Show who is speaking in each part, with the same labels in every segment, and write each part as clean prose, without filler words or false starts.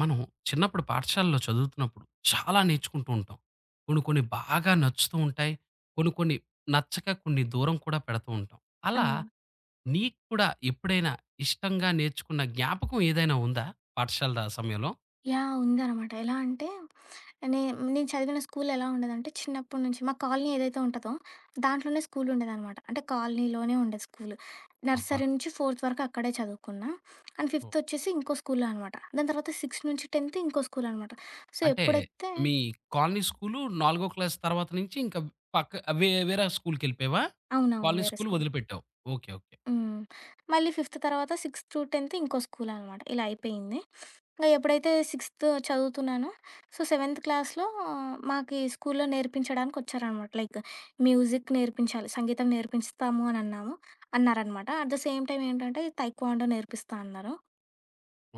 Speaker 1: మనం చిన్నప్పుడు పాఠశాలలో చదువుతున్నప్పుడు చాలా నేర్చుకుంటూ ఉంటాం. కొన్ని కొన్ని బాగా నచ్చుతూ ఉంటాయి. కొన్ని కొన్ని నచ్చక కొన్ని దూరం కూడా పెడుతూ ఉంటాం. అలా
Speaker 2: అవును.
Speaker 1: నీకు కూడా ఎప్పుడైనా ఇష్టంగా నేర్చుకున్న జ్ఞాపకం ఏదైనా ఉందా? పాఠశాల సమయంలో?
Speaker 2: యాహ్! ఉందనమాట. ఎలా అంటే నే నేను చదివిన స్కూల్ ఎలా ఉండేదంటే చిన్నప్పటి నుంచి మా కాలనీ ఏదైతే ఉంటదో దాంట్లోనే స్కూల్ ఉండేదనమాట. అంటే కాలనీలోనే ఉండేది స్కూలు.
Speaker 1: అబ్బా!
Speaker 2: నర్సరీ నుంచి ఫోర్త్ వరకు అక్కడే చదువుకున్నా. And
Speaker 1: oh!
Speaker 2: ఫిఫ్త్ వచ్చేసి ఇంకో స్కూల్‌లో అనమాట. దాని తర్వాత 6 నుంచి 10థ్ ఇంకో స్కూల్ అనమాట. సో,
Speaker 1: అంటే
Speaker 2: ఎప్పుడైతే
Speaker 1: మీ కాలనీ స్కూలు 4 క్లాస్ తర్వాత నుంచి ఇంకా పక్క వేరే స్కూలుకెళ్ళిపోయావా?
Speaker 2: అవునవును.
Speaker 1: కాలనీ
Speaker 2: వేరే
Speaker 1: స్కూలు
Speaker 2: స్కూల్.
Speaker 1: వదిలిపెట్టావు. Okay, okay.
Speaker 2: హ్మ్. మళ్ళీ ఫిఫ్త్ తర్వాత 6-10 ఇంకో స్కూలనమాట. ఇలా అయిపోయింది. ఇంగ ఎప్పుడైతే సిక్స్త్ చదువుతున్నానో, సో, సెవెంత్ క్లాస్‌లో మాకీ స్కూల్లో నేర్పించడానికొచ్చారనమాట. లైక్ మ్యూజిక్ నేర్పించాలి, సంగీతం నేర్పిస్తాము అనన్నాము అన్నారనమాట. అట్ ద సేమ్ టైమ్ ఏంటంటే, తైక్వాండో నేర్పిస్తా అన్నారు.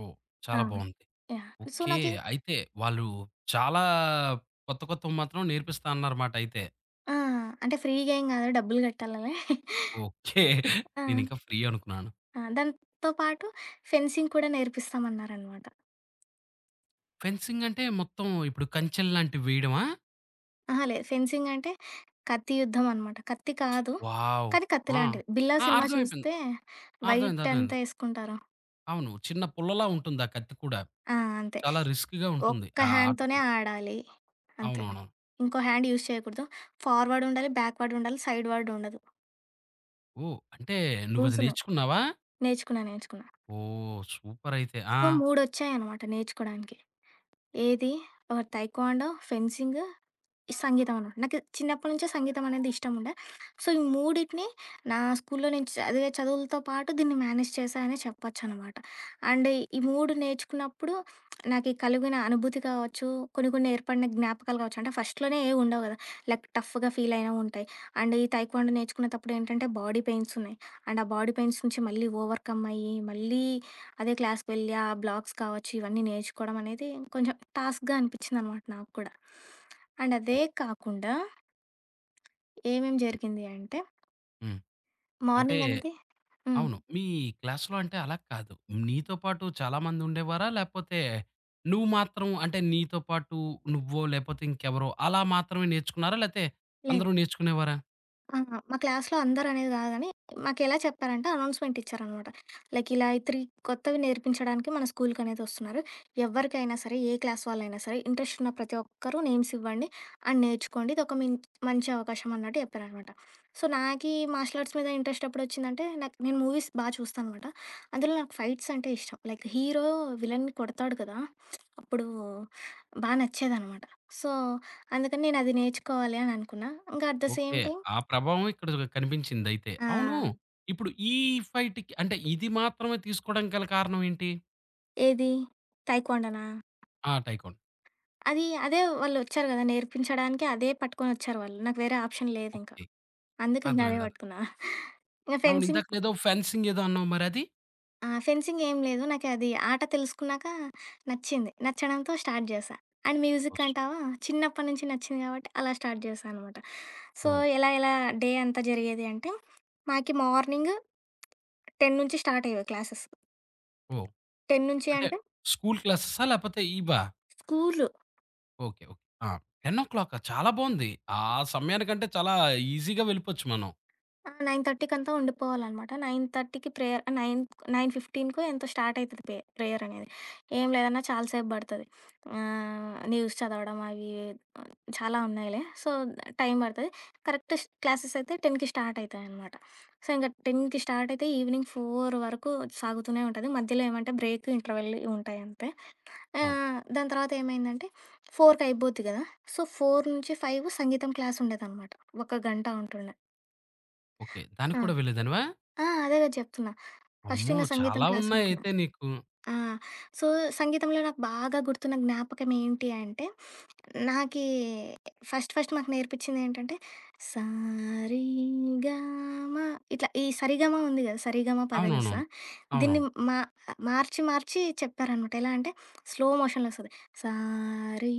Speaker 1: ఓహ్!
Speaker 2: ఆ!
Speaker 1: చాలా బావుంది.
Speaker 2: యాహ్! So,
Speaker 1: okay.
Speaker 2: నాకి
Speaker 1: అయితే వాళ్ళు చాలా కొత్త కొత్తవి మాత్రం నేర్పిస్తా అన్నారమాట అయితే.
Speaker 2: ఆ! అంటే ఫ్రీగా ఏం కాదు, డబ్బులు కట్టాలలే.
Speaker 1: ఓకే.
Speaker 2: ఆ!
Speaker 1: నేనింకా ఫ్రీ అనుకున్నాను.
Speaker 2: ఆ! దాంతో పాటు ఫెన్సింగ్ కూడా నేర్పిస్తామన్నారనమాట.
Speaker 1: ఫెన్సింగ్ అంటే మొత్తం ఇప్పుడు కంచెలు లాంటివి వేయడమా?
Speaker 2: అహా! లేదు. ఫెన్సింగ్ అంటే కత్తి యుద్ధం అనమాట. కత్తి కాదు.
Speaker 1: వావ్!
Speaker 2: కానీ కత్తి
Speaker 1: ఆ!
Speaker 2: లాంటిది. 'బిల్లా'
Speaker 1: ఆ!
Speaker 2: సినిమా
Speaker 1: అర్థమైపోయింది.
Speaker 2: చూస్తే
Speaker 1: అర్థమైంది,
Speaker 2: వైట్ అంతా
Speaker 1: అర్థమైంది.
Speaker 2: ఏసుకుంటారు.
Speaker 1: అవును, చిన్న పుల్లలా ఉంటుంది ఆ కత్తి కూడా.
Speaker 2: ఆ! అంతే.
Speaker 1: చాలా రిస్క్‌గా ఉంటుంది
Speaker 2: ఒక్క
Speaker 1: ఆ ఆట
Speaker 2: హ్యాండ్‌తోనే
Speaker 1: కూడా.
Speaker 2: ఆడాలి. అంతే.
Speaker 1: అవునవునవును.
Speaker 2: ఇంకో హ్యాండ్ యూజ్ చేయకూడదు. ఫార్వర్డ్ ఉండాలి, బ్యాక్‌వర్డ్ ఉండాలి, సైడ్ వర్డ్ ఉండదు.
Speaker 1: ఓహ్! అంటే నువ్వది
Speaker 2: రూల్స్ ఉన్నాయి.
Speaker 1: నేర్చుకున్నావా?
Speaker 2: నేర్చుకున్నా, నేర్చుకున్నా.
Speaker 1: ఓహ్! సూపర్ అయితే. ఆ!
Speaker 2: సో, 3 వచ్చాయనమాట నేర్చుకోడానికి. ఏది? ఒకటి తైక్వాండో, ఫెన్సింగ్ సంగీతం అనమాట. నాకు చిన్నప్పటి నుంచే సంగీతం అనేది ఇష్టముండే. సో, ఈ మూడిటిని నా స్కూల్‌లో నేను చదివే చదువులతో పాటు దీన్ని మేనేజ్ చేశా అనే చెప్పొచ్చనమాట. అండ్ ఈ 3 నేర్చుకున్నప్పుడు నాకి కలిగిన అనుభూతి కావచ్చు, కొన్ని కొన్ని ఏర్పడిన జ్ఞాపకాలు కావచ్చు. అంటే ఫస్ట్‌లోనే ఏవి ఉండవు కదా! లైక్ టఫ్‌గా ఫీల్ అయినవి ఉంటాయి. అండ్ ఈ తైక్వాండో నేర్చుకునేటప్పుడు ఏంటంటే బాడీ పెయిన్స్ ఉన్నాయి. అండ్ ఆ బాడీ పెయిన్స్ నుంచి మళ్ళీ ఓవర్‌కమ్ అయ్యి, మళ్ళీ అదే క్లాస్‌కి వెళ్ళి ఆ బ్లాక్స్ కావచ్చు, ఇవన్నీ నేర్చుకోవడం అనేది కొంచెం టాస్క్‌గా అనిపించిందనమాట నాకు కూడా. అండ్ అదే కాకుండా ఏమేం
Speaker 1: హ్మ్.
Speaker 2: జరిగింది అంటే
Speaker 1: హ్మ్. అంటే
Speaker 2: మార్నింగ్ అనేది హ్మ్.
Speaker 1: అవును, మీ క్లాస్‌లో అంటే అలా కాదు. నీతో పాటు చాలామంది ఉండేవారా? లేపోతే నువ్వు మాత్రం అంటే నీతో పాటు నువ్వో లేపోతే ఇంకెవరో అలా మాత్రమే నేర్చుకున్నారా? లేతే
Speaker 2: లేదు.
Speaker 1: అందరూ నేర్చుకునేవారా?
Speaker 2: ఆ! మా క్లాస్‌లో అందరనేది కాదు గానీ, మాకెలా చెప్పారంటే అనౌన్స్‌మెంట్ ఇచ్చారనమాట. లైక్ ఇలా 3 కొత్తవి నేర్పించడానికి మన స్కూల్‌కనేది వస్తున్నారు. ఎవరికైనా సరే, ఏ క్లాస్ వాళ్ళైనా సరే, ఇంట్రెస్ట్ ఉన్న ప్రతి ఒక్కరూ నేమ్స్ ఇవ్వండి అండ్ నేర్చుకోండి. ఇదొక మిన్ మంచి అవకాశం అన్నట్టు చెప్పారనమాట. సో, నాకీ మార్షల్ ఆర్ట్స్ మీద ఇంట్రెస్ట్ ఎప్పుడొచ్చిందంటే, నాకు నేను మూవీస్ బా చూస్తానమాట. అందులో నాకు ఫైట్స్ అంటే ఇష్టం. లైక్ హీరో విలన్ని కొడతాడు కదా! అప్పుడు బా నచ్చేదనమాట. సో, అందుకని నేనది నేర్చుకోవాలి అని అనుకున్నా. ఇంకా at the same
Speaker 1: okay.
Speaker 2: Time
Speaker 1: ఆ ప్రభావం ఇక్కడ కనిపించిందయితే.
Speaker 2: ఆ!
Speaker 1: అవును. ఇప్పుడు ఈ ఫైట్‌కి అంటే ఇది మాత్రమే తీసుకోవడం గల కారణం ఏంటి?
Speaker 2: ఏది? తైక్వాండోనా?
Speaker 1: ఆ! టైకోండో.
Speaker 2: అదే వాళ్ళొచ్చారు గదా! నేర్పించడానికి అదే పట్టుకొనొచ్చారు వాళ్ళు. నాకు వేరే ఆప్షన్ లేదింక.
Speaker 1: ఓకే.
Speaker 2: అందుకే ఇంక
Speaker 1: అర్థమైంది.
Speaker 2: అదే
Speaker 1: అర్థం
Speaker 2: పట్టుకున్నా. ఇంక
Speaker 1: అవును,
Speaker 2: ఫెన్సింగ్
Speaker 1: ఇందాకలేదో ఫెన్సింగ్ ఏదో అన్నావు మరది?
Speaker 2: ఆ! ఫెన్సింగ్ ఏం లేదు. నాకది ఆట తెలుసుకున్నాక నచ్చింది. నచ్చడంతో స్టార్ట్ చేశా. And music
Speaker 1: oh!
Speaker 2: అంటావా చిన్నప్పటి నుంచి నచ్చింది కాబట్టి అలా స్టార్ట్ చేశా అనమాట. సో, ఎలా ఎలా డే అంతా జరిగేది అంటే, మాకి మార్నింగ్ 10 నుంచి స్టార్ట్ అయ్యేవి క్లాసెస్.
Speaker 1: ఓహ్!
Speaker 2: 10 నుంచి
Speaker 1: అంటే
Speaker 2: అంటే
Speaker 1: స్కూల్ క్లాసెసా? లేపోతే ఇవా?
Speaker 2: స్కూలు.
Speaker 1: Okay, okay. ఆ! 10:00 చాలా బావుంది. ఆ సమయానికంటే చాలా ఈజీగా వెళ్ళిపోవచ్చు మనం.
Speaker 2: ఆ! 9:30కి అంతా ఉండిపోవాలనమాట. 9:30కి ప్రేయర్ 9, 9:15కో ఎంతో స్టార్ట్ అయితది ప్రేయర్ అనేది. ఏం లేదన్నా చాలా సేపు పడతది. న్యూస్ చదవడం అవి ఆహ్, చాలా ఉన్నాయిలే. సో, టైం పడతది. కరెక్ట్ స్ క్లాసెస్ అయితే 10కి స్టార్ట్ అయితాయనమాట. సో, ఇంక 10కి స్టార్ట్ అయితే ఈవినింగ్ 4 వరకు సాగుతూనే ఉంటది. మధ్యలో ఏమంటే బ్రేక్, ఇంటర్వెల్ ఉంటాయంతే.
Speaker 1: అవును.
Speaker 2: దాని తర్వాత ఏమైందంటే 4కి అయిపోద్ది కదా! సో, 4-5 సంగీతం క్లాస్ ఉండేదనమాట. ఒక గంట ఉంటుండే.
Speaker 1: ఓకే, దానికి
Speaker 2: ఆ!
Speaker 1: కూడా వెళ్ళేదానివా?
Speaker 2: ఆ! అదే గదా! చెప్తున్నా. ఫస్ట్
Speaker 1: అమ్మో!
Speaker 2: ఇంక సంగీతం
Speaker 1: చాలా
Speaker 2: క్లాసుంటున్నా.
Speaker 1: ఉన్నాయయితే నీకు.
Speaker 2: ఆ! సో, సంగీతంలో నాకు బాగా గుర్తున్న జ్ఞాపకం ఏంటి అంటే, నాకీ ఫస్ట్ ఫస్ట్ మాకు నేర్పించిందేంటంటే, సా రీ గా మా ఇట్లా ఈ సరిగమ ఉంది గదా! సరిగమ పదనిస
Speaker 1: అవునవునవును.
Speaker 2: దీన్ని
Speaker 1: అవునవును.
Speaker 2: మా మార్చి మార్చి చెప్పారనమాట. ఎలా అంటే, స్లో మోషన్‌లో వస్తది. సా రీ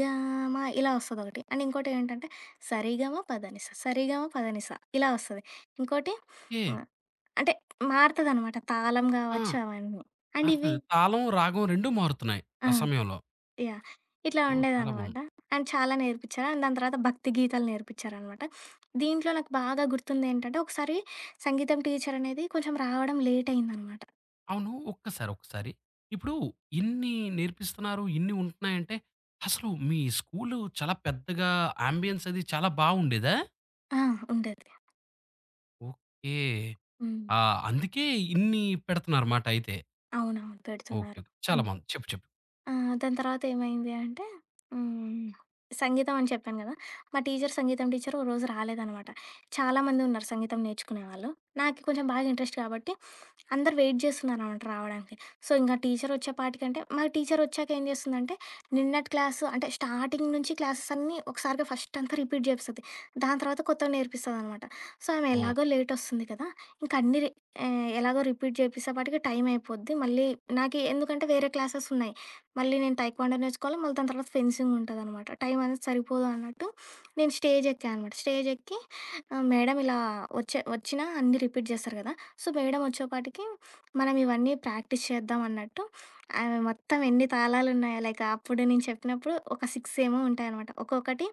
Speaker 2: గా మా ఇలా వస్తదొకటి. అండ్ ఇంకోటేంటంటే, సరిగమ పదనిస, సరిగమ పదనిస ఇలా వస్తది. ఇంకోటి
Speaker 1: ఓకే.
Speaker 2: ఆహ్, అంటే మారతదనమాట. తాళం గావచ్చు
Speaker 1: ఆ!
Speaker 2: అవన్నీ. అండ్ ఇవి
Speaker 1: అర్థమైంది. తాళం, రాగం 2 మారుతున్నాయి
Speaker 2: ఆ!
Speaker 1: ఆ సమయంలో.
Speaker 2: యాహ్! ఇట్లా
Speaker 1: ఓహ్! చాలా
Speaker 2: ఉండేదనమాట.
Speaker 1: బావుంది.
Speaker 2: అండ్ చాలా నేర్పిచ్చారు. అండ్ దాని తర్వాత భక్తి గీతాలు నేర్పిచ్చారనమాట. దీంట్లో నాకు బాగా గుర్తుందేంటంటే, ఒకసారి సంగీతం టీచర్ అనేది కొంచెం రావడం లేట్ అయిందనమాట.
Speaker 1: అవును. ఒక్కసారి, ఒక్కసారి ఇప్పుడు ఇన్ని నేర్పిస్తున్నారు, ఇన్ని ఉంటున్నాయంటే అసలు మీ స్కూలు చాలా పెద్దగా అంబియన్స్ అది చాలా బావుండేదా?
Speaker 2: ఆ! ఉండేది.
Speaker 1: ఓకే.
Speaker 2: హ్మ్.
Speaker 1: ఆ! అందుకే ఇన్ని పెడుతున్నారన్నమాట అయితే.
Speaker 2: అవునవును.
Speaker 1: Okay, okay.
Speaker 2: పెడుతున్నారు.
Speaker 1: చాలా
Speaker 2: హ్మ్.
Speaker 1: బావుంది. చెప్పు, చెప్పు.
Speaker 2: ఆ! దాని తర్వాత ఏమైంది అంటే హ్మ్. సంగీతం అని చెప్పాను గదా! మా టీచర్ సంగీతం టీచర్ ఓ రోజు రాలేదనమాట. చాలామంది ఉన్నారు సంగీతం నేర్చుకునేవాళ్ళు. నాకు కొంచెం బాగా ఇంట్రెస్ట్ కాబట్టి అందరూ వెయిట్ చేస్తున్నారనమాట రావడానికి. సో, ఇంక టీచర్ వచ్చేపాటికంటే మా టీచర్ వచ్చాక ఏం చేస్తుందంటే నిన్నటి క్లాసు అంటే స్టార్టింగ్ నుంచి క్లాసెస్ అన్నీ ఒకసారిగా ఫస్ట్ అంతా రిపీట్ చేపిస్తది. దాని తర్వాత కొత్తవి నేర్పిస్తదనమాట. సో, ఆమె
Speaker 1: ఓహ్!
Speaker 2: ఎలాగో లేట్ వస్తుంది కదా! ఇంక అన్నీ రి ఎలాగో రిపీట్ చేపిచ్చేపాటికి టైం అయిపోద్ది. మళ్ళీ నాకు ఎందుకంటే వేరే క్లాసెస్ ఉన్నాయి. మళ్ళీ నేను టైక్వాండో నేర్చుకోవాలి. మళ్ళీ దాని తర్వాత ఫెన్సింగ్ ఉంటదనమాట. టైం అనేది సరిపోదు అన్నట్టు నేను స్టేజ్ ఎక్కా అనమాట. స్టేజ్ ఎక్కి మేడం ఇలా వచ్చినా అన్నీ రిపీట్ చేస్తారు కదా! సో, మేడం వచ్చేపాటికి మనం ఇవన్నీ ప్రాక్టీస్ చేద్దాం అన్నట్టు ఆమె మొత్తం ఎన్ని తాళాలున్నాయో లైక్ అప్పుడు నేను చెప్పినప్పుడు ఒక 6 ఏమో ఉంటాయనమాట. ఒక్కొక్కటి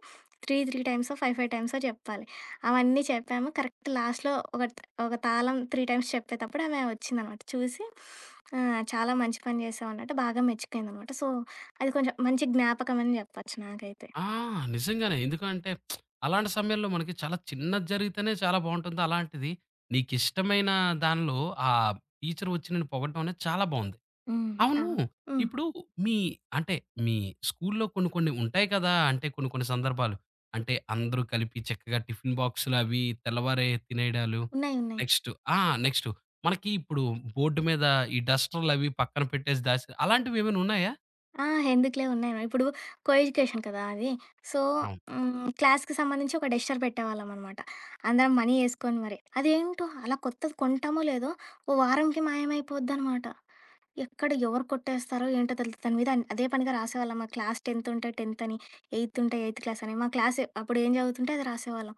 Speaker 2: 3, 3 టైమ్సో, 5, 5 టైమ్సో చెప్పాలి. అవన్నీ చెప్పాము. కరెక్ట్ లాస్ట్‌లో ఒక ఒక తాళం 3 టైమ్స్ చెప్పేతప్పుడు ఆమె వచ్చిందనమాట. చూసి చాలా మంచి పని చేశావు అన్నట్టు బాగా మెచ్చుకుందనమాట. సో, అది కొంచెం మంచి జ్ఞాపకం అని చెప్పొచ్చు నాకైతే.
Speaker 1: ఆ! నిజంగానే. ఎందుకంటే అలాంటి సమయంలో మనకి చాలా చిన్నది జరిగితేనే చాలా బావుంటుంది. అలాంటిది నీకిష్టమైన దానిలో ఆ టీచర్ వచ్చి నిన్ను పొగడడం అనేది చాలా బావుంది.
Speaker 2: హ్మ్. ఆ!
Speaker 1: అవును.
Speaker 2: హ్మ్.
Speaker 1: ఇప్పుడు మీ అంటే మీ స్కూల్లో కొన్ని కొన్ని ఉంటాయి కదా! అంటే కొన్ని కొన్ని సందర్భాలు. అంటే అందరూ కలిపి చక్కగా టిఫిన్ బాక్సులు అవి తెల్లవారే తినేయడాలు.
Speaker 2: ఉన్నాయి. ఉన్నాయి.
Speaker 1: నెక్స్ట్ ఆ! నెక్స్ట్ మనకి ఇప్పుడు బోర్డ్ మీద ఈ డస్టర్‌లవి పక్కన పెట్టేసి దాసి అలాంటివేమైనా ఉన్నాయా?
Speaker 2: ఆ! ఎందుకులే ఉన్నాయి. ఇప్పుడు కో ఎడ్యుకేషన్ కదా అది. సో,
Speaker 1: అవును.
Speaker 2: క్లాస్‌కి సంబంధించి ఒక డెస్టర్ పెట్టేవాళ్ళమనమాట. అందరం మనీ యేసుకొని మరి. అదేంటో అలా కొత్తది కొంటామో లేదో ఓ వారంకి మాయమైపోద్దనమాట. ఎక్కడ ఎవరు కొట్టేస్తారో ఏంటో తెలీదు. దాని మీద అదే పనిగా రాసేవాళ్ళం. మా క్లాస్ 10th ఉంటే 10th అని, 8th ఉంటే 8th క్లాస్ అని. అప్పుడు ఏం చదువుతుంటే అది రాసేవాళ్ళం.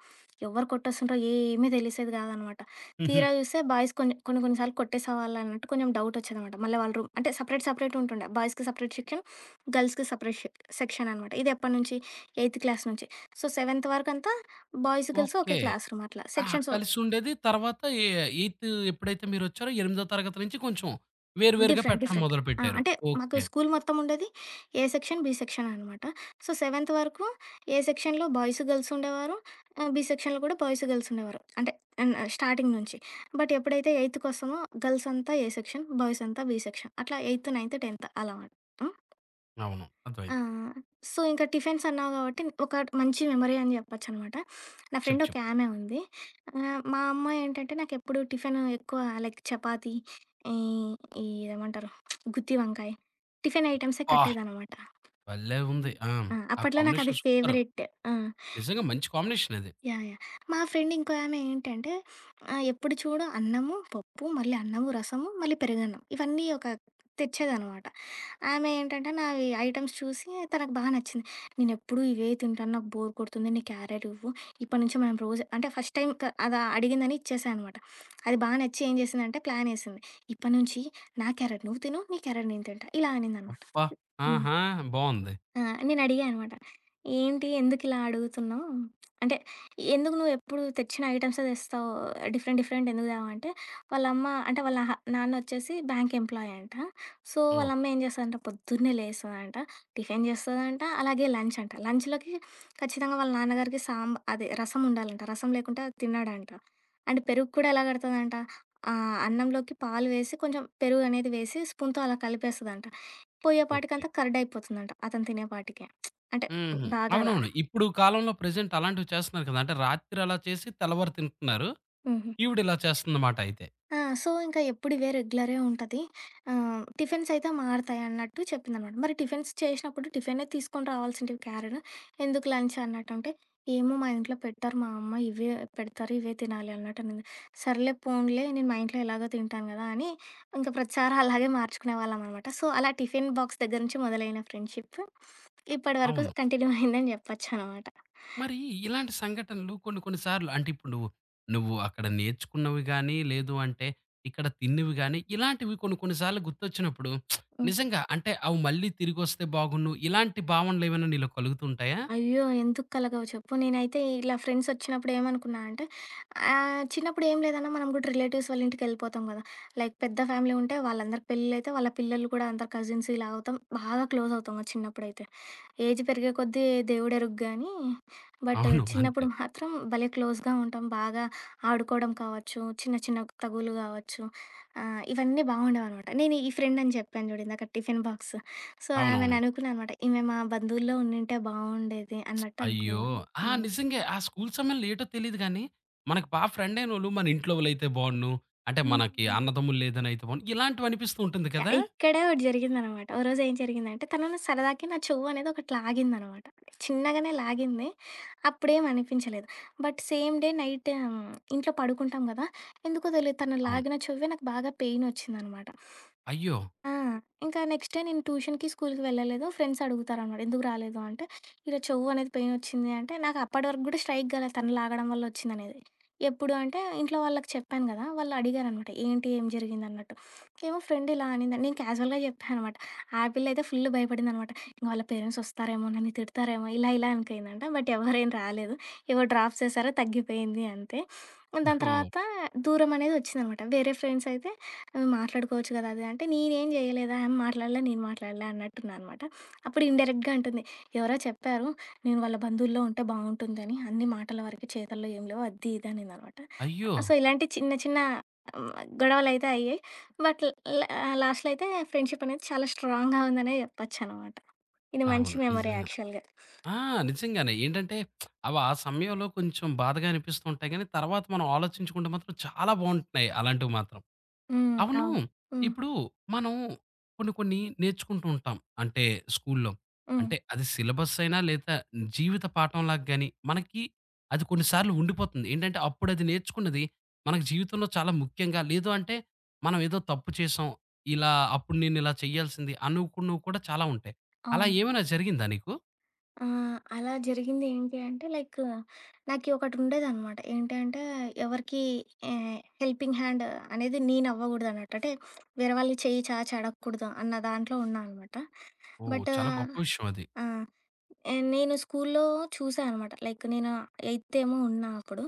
Speaker 2: ఎవరు కొట్టేస్తుంటారో ఏమీ తెలిసేది కాదనమాట. తీరా చూస్తే బాయ్స్ కొన్ని కొన్ని కొన్ని సార్లు కొట్టేసేవాళ్ళు అన్నట్టు కొంచెం డౌట్ వచ్చేదనమాట. మళ్ళీ వాళ్ళ రూమ్ అంటే సెపరేట్ సెపరేట్ ఉంటుండే. బాయ్స్‌కి సెపరేట్ సెక్షన్, గర్ల్స్‌కి సెపరేట్ షె సెక్షన్ అనమాట. ఇది ఎప్పటి నుంచి? 8th క్లాస్ నుంచి. సో, 7th వరకంతా బాయ్స్, గర్ల్స్
Speaker 1: ఓకే.
Speaker 2: ఒకే క్లాస్ రూమ్ అట్లా.
Speaker 1: ఆ!
Speaker 2: సెక్షన్స్
Speaker 1: కలిసుండేది. తర్వాత ఏ ఎయిత్ ఎప్పుడైతే మీరొచ్చారో, ఎనిమిదో తరగతి నుంచి కొంచెం వేరు వేరుగా
Speaker 2: డిఫరెంట్.
Speaker 1: పెట్టడం
Speaker 2: డిఫరెంట్. ఆ!
Speaker 1: మొదలుపెట్టారు.
Speaker 2: అంటే మాకు
Speaker 1: ఓకే.
Speaker 2: స్కూల్ మొత్తం ఉండేది ఏ సెక్షన్, బి సెక్షన్ అనమాట. సో, సెవెంత్ వరకు ఏ సెక్షన్‌లో బాయ్స్, గర్ల్స్ ఉండేవారు. బి సెక్షన్‌లో కూడా బాయ్స్, గర్ల్స్ ఉండేవారు. అంటే స్టార్టింగ్ నుంచి. బట్ ఎప్పుడైతే ఎయిత్‌కొస్తామో గర్ల్స్ అంతా ఏ సెక్షన్, బాయ్స్ అంతా బి సెక్షన్. అట్లా ఎయిత్, నైన్త్, టెన్త్ అలా. హ్మ్.
Speaker 1: అవును,
Speaker 2: ఆ!
Speaker 1: అర్థమైంది.
Speaker 2: సో, ఇంకా టిఫిన్స్ అన్నావు గాబట్టి ఒక మంచి మెమరీ అని చెప్పొచ్చనమాట. నా
Speaker 1: చెప్పు,
Speaker 2: ఫ్రెండ్ ఒక
Speaker 1: చెప్పు.
Speaker 2: ఆమె ఉంది. మా అమ్మ ఏంటంటే నాకెప్పుడు టిఫిన్ ఎక్కువ లైక్ చపాతీ, ఈ ఈ ఏమంటారు గుత్తి వంకాయ టిఫిన్ ఐటెమ్సే
Speaker 1: అబ్బా!
Speaker 2: కట్టేదనమాట.
Speaker 1: భలే ఉంది. ఆ!
Speaker 2: ఆ!
Speaker 1: ఆ
Speaker 2: అప్పట్లో నాకది
Speaker 1: కాంబినేషన్ సూపరు.
Speaker 2: ఫేవరెట్. ఆ!
Speaker 1: నిజంగా మంచి కాంబినేషన్ అది.
Speaker 2: యాహ్! యాహ్! మా ఫ్రెండ్ ఇంకో ఆమె ఏంటంటే ఎప్పుడు చూడు అన్నము, పప్పు, మళ్ళీ అన్నము, రసము, మళ్ళీ పెరుగన్నం. ఇవన్నీ ఒక తెచ్చేదనమాట. ఆమె ఏంటంటే నావి ఐటెమ్స్ చూసి తనకు బాగా నచ్చింది. నేనెప్పుడు ఇవే తింటాను. నాకు బోర్ కొడుతుంది. నీ క్యారెట్ ఇవ్వు. ఇప్పటి నుంచి మనం రోజు అంటే ఫస్ట్ టైమ్ క అది అడిగిందని ఇచ్చేసా అనమాట. అది బాగా నచ్చి ఏం చేసిందంటే ప్లానేసింది. ఇప్పటి నుంచి నా క్యారెట్ నువ్వు తిను. నీ క్యారెట్ నేను తింటా. ఇలా అనిందనమాట.
Speaker 1: అబ్బా! ఆహా! బావుంది.
Speaker 2: ఆ! నేనడిగా అనమాట. "ఏంటి ఎందుకిలా అడుగుతున్నావు? అంటే ఎందుకు నువ్వెప్పుడు తెచ్చిన ఐటెమ్సే తెస్తావు. డిఫరెంట్ డిఫరెంట్ ఎందుకు తేవా" అంటే వాళ్ళ నాన్నొచ్చేసి బ్యాంక్ ఎంప్లాయీ అంట. సో,
Speaker 1: ఓహ్!
Speaker 2: వాళ్ళమ్మ ఏం చేస్తదంటే పొద్దున్నే లేస్తదంట. టిఫిన్ చేస్తదంట. అలాగే లంచ్ అంట. లంచ్‌లోకి ఖచ్చితంగా వాళ్ళ నాన్నగారికి అదే రసం ఉండాలంట. రసం లేకుంటే అది తినడంట. అండ్ పెరుగు కూడా ఎలా కడతదంట అన్నంలోకి పాలు వేసి కొంచెం పెరుగనేది వేసి స్పూన్‌తో అలా కలిపేస్తదంట.
Speaker 1: ఓకే.
Speaker 2: పోయేపాటికంతా కర్డ్ అయిపోతుందంట. అతను తినేపాటికే. అంటే
Speaker 1: హుహు.
Speaker 2: బాగా అలా.
Speaker 1: అవునవును. ఇప్పుడు కాలంలో ప్రెజెంట్ అలాంటివి చేస్తున్నారు కదా! అంటే రాత్రి అలా చేసి తెల్లవారు తింటున్నారు.
Speaker 2: హుహు.
Speaker 1: ఈవిడిలా చేస్తుందన్నమాట అయితే.
Speaker 2: ఆ! సో, ఇంకా ఎప్పుడు ఇవే రెగ్యులరే ఉంటది. టిఫిన్స్ అయితే మారతాయన్నట్టు చెప్పిందనమాట. మరి టిఫిన్స్ చేసినప్పుడు టిఫినే తీసుకొని రావాల్సింటివి క్యారీడ్. ఎందుకు లంచ్ అన్నట్టంటే, "ఏమో మా ఇంట్లో పెట్టరు మా అమ్మ. ఇవే పెడతారు. ఇవే తినాలి" అన్నట్టనింది. సర్లే పోనీలే నేను మా ఇంట్లో ఎలాగో తింటాను గదా! అని ఇంకా ప్రతిసారి అలాగే మార్చుకునేవాళ్ళమనమాట. సో, అలా టిఫిన్ బాక్స్ దగ్గర నుంచి మొదలైన ఫ్రెండ్‌షిప్ ఇప్పటి వరకు
Speaker 1: అవును.
Speaker 2: కంటిన్యూ అయిందని చెప్పొచ్చనమాట.
Speaker 1: మరి ఇలాంటి సంఘటనలు కొన్ని కొన్ని సార్లు అంటే ఇప్పుడు నువ్వు నువ్వు అక్కడ నేర్చుకున్నవి గానీ, లేదు అంటే ఇక్కడ తిన్నవి గానీ, ఇలాంటివి కొన్ని కొన్ని సార్లు గుర్తొచ్చినప్పుడు
Speaker 2: హ్మ్.
Speaker 1: నిజంగా అంటే అవి మళ్ళీ తిరిగొస్తే బాగున్ను ఇలాంటి భావనలేమైనా నీలో కలుగుతుంటాయా?
Speaker 2: అయ్యో! ఎందుకు కలగవు చెప్పు. నేనైతే ఇలా ఫ్రెండ్స్ వచ్చినప్పుడు ఏమనుకున్నా అంటే చిన్నప్పుడు ఏం లేదన్నా మనం కూడా రిలేటివ్స్ వాళ్ళ ఇంటికెళ్ళిపోతాం గదా! లైక్ పెద్ద ఫ్యామిలీ ఉంటే వాళ్ళందరికి పెళ్ళిళ్ళైతే వాళ్ళ పిల్లలు కూడా అందరు కజిన్స్ ఇలా అవుతాం. బాగా క్లోజ్ అవుతాం కదా! చిన్నప్పుడైతే. ఏజ్ పెరిగే కొద్దీ దేవుడెరుగు గానీ, బట్
Speaker 1: అవును, అంతే.
Speaker 2: చిన్నప్పుడు మాత్రం భలే క్లోజ్‌గా ఉంటాం. బాగా ఆడుకోవడం కావచ్చు, చిన్న చిన్న తగువులు కావచ్చు, ఇవన్నీ బాగుండేవనమాట. నేను ఈ ఫ్రెండ్ అని చెప్పాను చూడు ఇందాక టిఫిన్ బాక్స్ సో,
Speaker 1: అవునవును.
Speaker 2: ఆమెని అనుకున్నా అనమాట. ఈమె మా బంధువుల్లో ఉండింటే బావుండేది అన్నట్టు
Speaker 1: అయ్యో!
Speaker 2: అనుకున్నాను.
Speaker 1: ఆ!
Speaker 2: హ్మ్.
Speaker 1: నిజంగే. ఆ స్కూల్ సమయంలో ఏటో తెలీదు గానీ, మనకు బా ఫ్రెండ్ అయినోళ్ళు మన ఇంట్లో వాళ్ళైతే బావున్ను, అంటే మనకి
Speaker 2: హ్మ్.
Speaker 1: అన్నదమ్ములు లేదనైతే బావున్ను, ఇలాంటివి అనిపిస్తూ ఉంటుంది
Speaker 2: యాహ్!
Speaker 1: కదా!
Speaker 2: ఇక్కడే ఒకటి జరిగిందనమాట. ఓ రోజు ఏం జరిగిందంటే, తనను సరదాకి నా చెవు అనేది ఒకటి లాగిందనమాట. చిన్నగానే లాగింది. అప్పుడేం అనిపించలేదు. బట్ సేమ్ డే నైట్ ఇంట్లో పడుకుంటాం గదా! ఎందుకో తెలీదు తను
Speaker 1: అవును.
Speaker 2: లాగిన చెవే నాకు బాగా పెయినొచ్చిందనమాట.
Speaker 1: అయ్యో!
Speaker 2: ఆ! ఇంకా నెక్స్ట్ డే నేను ట్యూషన్‌కి, స్కూల్‌కి వెళ్ళలేదు. ఫ్రెండ్స్ అడుగుతారనమాట. "ఎందుకు రాలేదు?" అంటే, "ఇలా చెవు అనేది పెయిన్ వచ్చింది" అంటే, నాకు అప్పటి వరకు కూడా స్ట్రైక్ కాలేదు తను లాగడం వల్ల వచ్చిందనేది. ఎప్పుడు అంటే, ఇంట్లో వాళ్ళకి చెప్పాను కదా! వాళ్ళు అడిగారనమాట. "ఏంటి? ఏం జరిగిందన్నట్టు?" ఏమో ఫ్రెండ్ ఇలా అనింది. నేను క్యాజువల్‌గా చెప్పాననమాట. ఆ పిల్ల అయితే ఫుల్ భయపడిందనమాట. ఇంక వాళ్ళ పేరెంట్స్ వస్తారేమో, నన్ను తిడతారేమో, ఇలా ఇలా అనుకుందంట. బట్ ఎవరేం రాలేదు. ఏవో డ్రాప్స్ ఏసారు తగ్గిపోయింది అంతే. దాని
Speaker 1: ఓహ్!
Speaker 2: తర్వాత దూరం అనేది వచ్చిందనమాట. వేరే ఫ్రెండ్స్ అయితే అవి మాట్లాడుకోవచ్చు కదా అది అంటే, నేనేం చేయలేదా, ఆమె మాట్లాడలే, నేను మాట్లాడలే అన్నట్టున్నా అనమాట. అప్పుడు ఇండైరెక్ట్‌గా అంటుంది, ఎవరో చెప్పారు నేను వాళ్ళ బంధువుల్లో ఉంటే బావుంటుందని, అన్నీ మాటల వరకే చేతల్లో ఏం లేవు అది ఇది అనిందనమాట.
Speaker 1: అయ్యో!
Speaker 2: సో, ఇలాంటి చిన్న చిన్న హ్మ్, గొడవలైతే అయ్యాయి. బట్ లా లాస్ట్‌లో అయితే ఫ్రెండ్‌షిప్ అనేది చాలా స్ట్రాంగ్‌గా ఉందనే చెప్పొచ్చనమాట. ఇది మంచి
Speaker 1: అవును,
Speaker 2: మెమరీ
Speaker 1: నిజంగా.
Speaker 2: యాక్చువల్‌గా.
Speaker 1: ఆ! నిజంగానే. ఏంటంటే అవి ఆ సమయంలో కొంచెం బాధగా అనిపిస్తూ ఉంటాయి గానీ, తర్వాత మనం ఆలోచించుకుంటే మాత్రం చాలా బావుంటున్నాయి అలాంటివి మాత్రం.
Speaker 2: హ్మ్.
Speaker 1: అవును.
Speaker 2: అవును. హ్మ్.
Speaker 1: ఇప్పుడు మనం కొన్ని కొన్ని నేర్చుకుంటూ ఉంటాం. అంటే స్కూల్లో.
Speaker 2: హ్మ్.
Speaker 1: అంటే అది సిలబస్ అయినా లేదా జీవిత పాఠంలాగా గాని మనకి అది కొన్ని సార్లు ఉండిపోతుంది. ఏంటంటే అప్పుడది నేర్చుకున్నది మనకు జీవితంలో చాలా ముఖ్యంగా లేదు అంటే మనం ఏదో తప్పు చేశాం. ఇలా అప్పుడు నేనిలా చేయాల్సింది అనుకున్నవి కూడా చాలా ఉంటాయి. అలా
Speaker 2: అవును.
Speaker 1: ఏమైనా జరిగిందా నీకు?
Speaker 2: ఆ! అలా జరిగింది ఏంటి అంటే లైక్ నాకి ఒకటుండేదనమాట. ఏంటి అంటే ఎవరికీ హెల్పింగ్ హ్యాండ్ అనేది నేనవ్వగూడదన్నట్టు. అంటే వేరే వాళ్ళు చెయ్యి చాచి అడగకూడదు అన్న దాంట్లో ఉన్నా అనమాట.
Speaker 1: ఓహ్!
Speaker 2: బట్
Speaker 1: చాలా గొప్ప విషయం అది.
Speaker 2: ఆ! నేను స్కూల్లో చూసా అనమాట. లైక్ నేను ఎయిత్ ఏమో ఉన్నా అప్పుడు.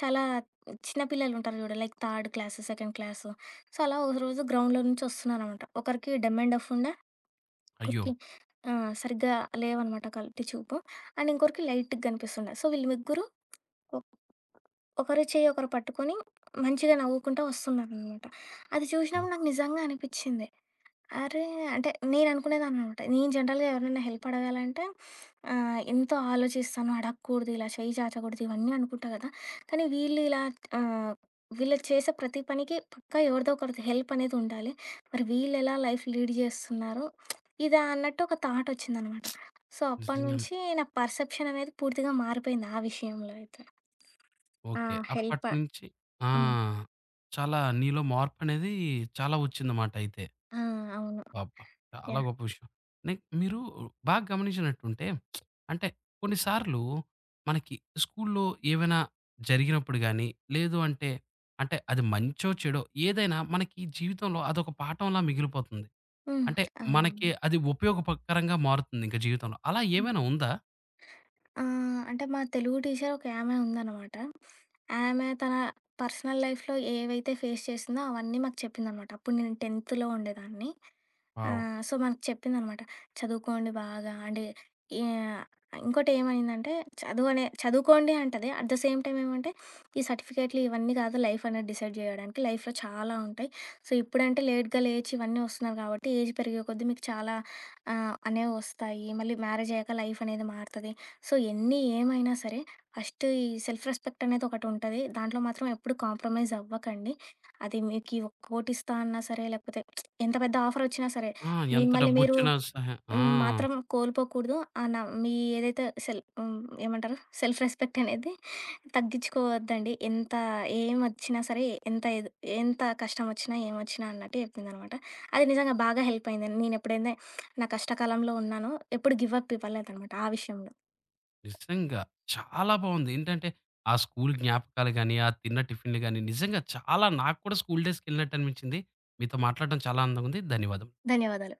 Speaker 2: చాలా చిన్న పిల్లలుంటారు చూడు like third class, second class. So, అలా ఒకరోజు గ్రౌండ్‌లో నుంచి వస్తున్నారనమాట. ఒకరికి డెమ్ అండ్ డఫ్ ఉండే,
Speaker 1: అయ్యో!
Speaker 2: ఒకరికి ఆ! సరిగ్గా లేవనమాట కంటి చూపు. అండ్ ఇంకొకరికి లైట్‌గా కనిపిస్తుండే. సో, వీళ్ళు ముగ్గురు ఒ ఒకరి చెయ్యి ఒకరు పట్టుకొని మంచిగా నవ్వుకుంటా వస్తున్నారనమాట. అది
Speaker 1: ఓహ్!
Speaker 2: చూసినప్పుడు నాకు నిజంగా అనిపిచ్చింది. అరే! అంటే నేననుకునేదాన్ననమాట. నేను జనరల్‌గా ఎవరినైనా హెల్ప్ అడగాలంటే ఎంతో ఆలోచిస్తాను. అడగకూడదు, ఇలా చెయ్యి చాచకూడదు ఇవన్నీ అనుకుంటా కదా! కానీ వీళ్ళు ఇలా ఆహ్, వీళ్ళు చేసే ప్రతి పనికి పక్కా ఎవరిదో ఒకరిది హెల్ప్ అనేది ఉండాలి. మరి వీళ్ళెలా లైఫ్ లీడ్ చేస్తున్నారు? ఇదా అన్నట్టు ఒక థాటొచ్చిందనమాట. సో,
Speaker 1: నిజంగానే.
Speaker 2: అప్పటినుంచి నా పర్సెప్షన్ అనేది పూర్తిగా మారిపోయింది ఆ విషయంలో అయితే. ఆ!
Speaker 1: Okay,
Speaker 2: help.
Speaker 1: అప్పటినుంచి ఆ!
Speaker 2: హ్మ్.
Speaker 1: చాలా నీలో మార్పనేది చాలా వచ్చిందమాట అయితే.
Speaker 2: ఆ! అవును.
Speaker 1: అబ్బా! చాలా
Speaker 2: యాహ్!
Speaker 1: గొప్ప విషయం. లైక్ మీరు బాగా గమనించినట్టుంటే అంటే కొన్నిసార్లు మనకి స్కూల్లో ఏవైనా జరిగినప్పుడు గాని, లేదు అంటే, అంటే అది మంచో, చెడో ఏదైనా మనకి జీవితంలో అదొక పాఠంలా మిగిలిపోతుంది.
Speaker 2: హ్మ్.
Speaker 1: అంటే
Speaker 2: అవును.
Speaker 1: మనకి అది ఉపయోగపకరంగా మారుతుంది ఇంక జీవితంలో. అలా ఏమైనా ఉందా?
Speaker 2: ఆ! అంటే మా తెలుగు టీచర్ ఒక ఆమె ఉందనమాట. ఆమె తన పర్సనల్ లైఫ్‌లో ఏవైతే ఫేస్ చేసిందో అవన్నీ మాకు చెప్పిందనమాట. అప్పుడు నేను 10th లో ఉండేదాన్ని.
Speaker 1: వావ్!
Speaker 2: సో, మనకు చెప్పిందనమాట. చదువుకోండి బాగా అంటే ఏ ఇంకోటేమైందంటే చదువు అనే చదువుకోండి అంటది. అట్ ద సేమ్ టైమ్ ఏమంటే ఈ సర్టిఫికేట్లు ఇవన్నీ కాదు లైఫ్ అనేది డిసైడ్ జేయడానికి. లైఫ్‌లో చాలా ఉంటాయి. సో, ఇప్పుడంటే లేట్‌గా లేచి ఇవన్నీ వస్తున్నారు కాబట్టి ఏజ్ పెరిగే కొద్దీ మీకు చాలా అనేవి వస్తాయి. మళ్ళీ మ్యారేజ్ అయ్యాక లైఫ్ అనేది మారుతది. సో, ఎన్ని ఏమైనా సరే ఫస్ట్ ఈ సెల్ఫ్ రెస్పెక్ట్ అనేది ఒకటుంటది. దాంట్లో మాత్రం ఎప్పుడు కాంప్రమైజ్ అవ్వకండి. అది మీకీ ఒక్కోటిస్తా అన్నా సరే, లేకపోతే ఎంత పెద్ద ఆఫరొచ్చినా సరే,
Speaker 1: ఆ! ఎంత
Speaker 2: మిమ్మల్ని మీరు
Speaker 1: డబ్బొచ్చినా సహా ఆ!
Speaker 2: మాత్రం కోల్పోకూడదు. ఆ న మీ ఏదైతే సెల్ హ్మ్. ఏమంటారు? సెల్ఫ్ రెస్పెక్ట్ అనేది తగ్గించుకోవద్దండి. ఎంత ఏమొచ్చినా సరే, ఎంత ఎదు ఎంత కష్టమొచ్చినా, ఏమొచ్చినా అన్నట్టు చెప్పిందనమాట. అది నిజంగా బాగా హెల్ప్ అయింది. నేనెప్పుడైనా నా కష్టకాలంలో ఉన్నానో, ఎప్పుడు గివ్ అప్ ఇవ్వలేదనమాట ఆ విషయంలో.
Speaker 1: నిజంగా. చాలా బావుంది. ఏంటంటే, ఆ స్కూలు జ్ఞాపకాలు గాని, ఆ తిన్న టిఫిన్‌లు గాని, నిజంగా చాలా నాకు కూడా స్కూలు డేస్‌కెళ్ళినట్టు అనిపించింది. మీతో మాట్లాడడం చాలా ఆనందంగా ఉంది. ధన్యవాదం.
Speaker 2: ధన్యవాదాలు.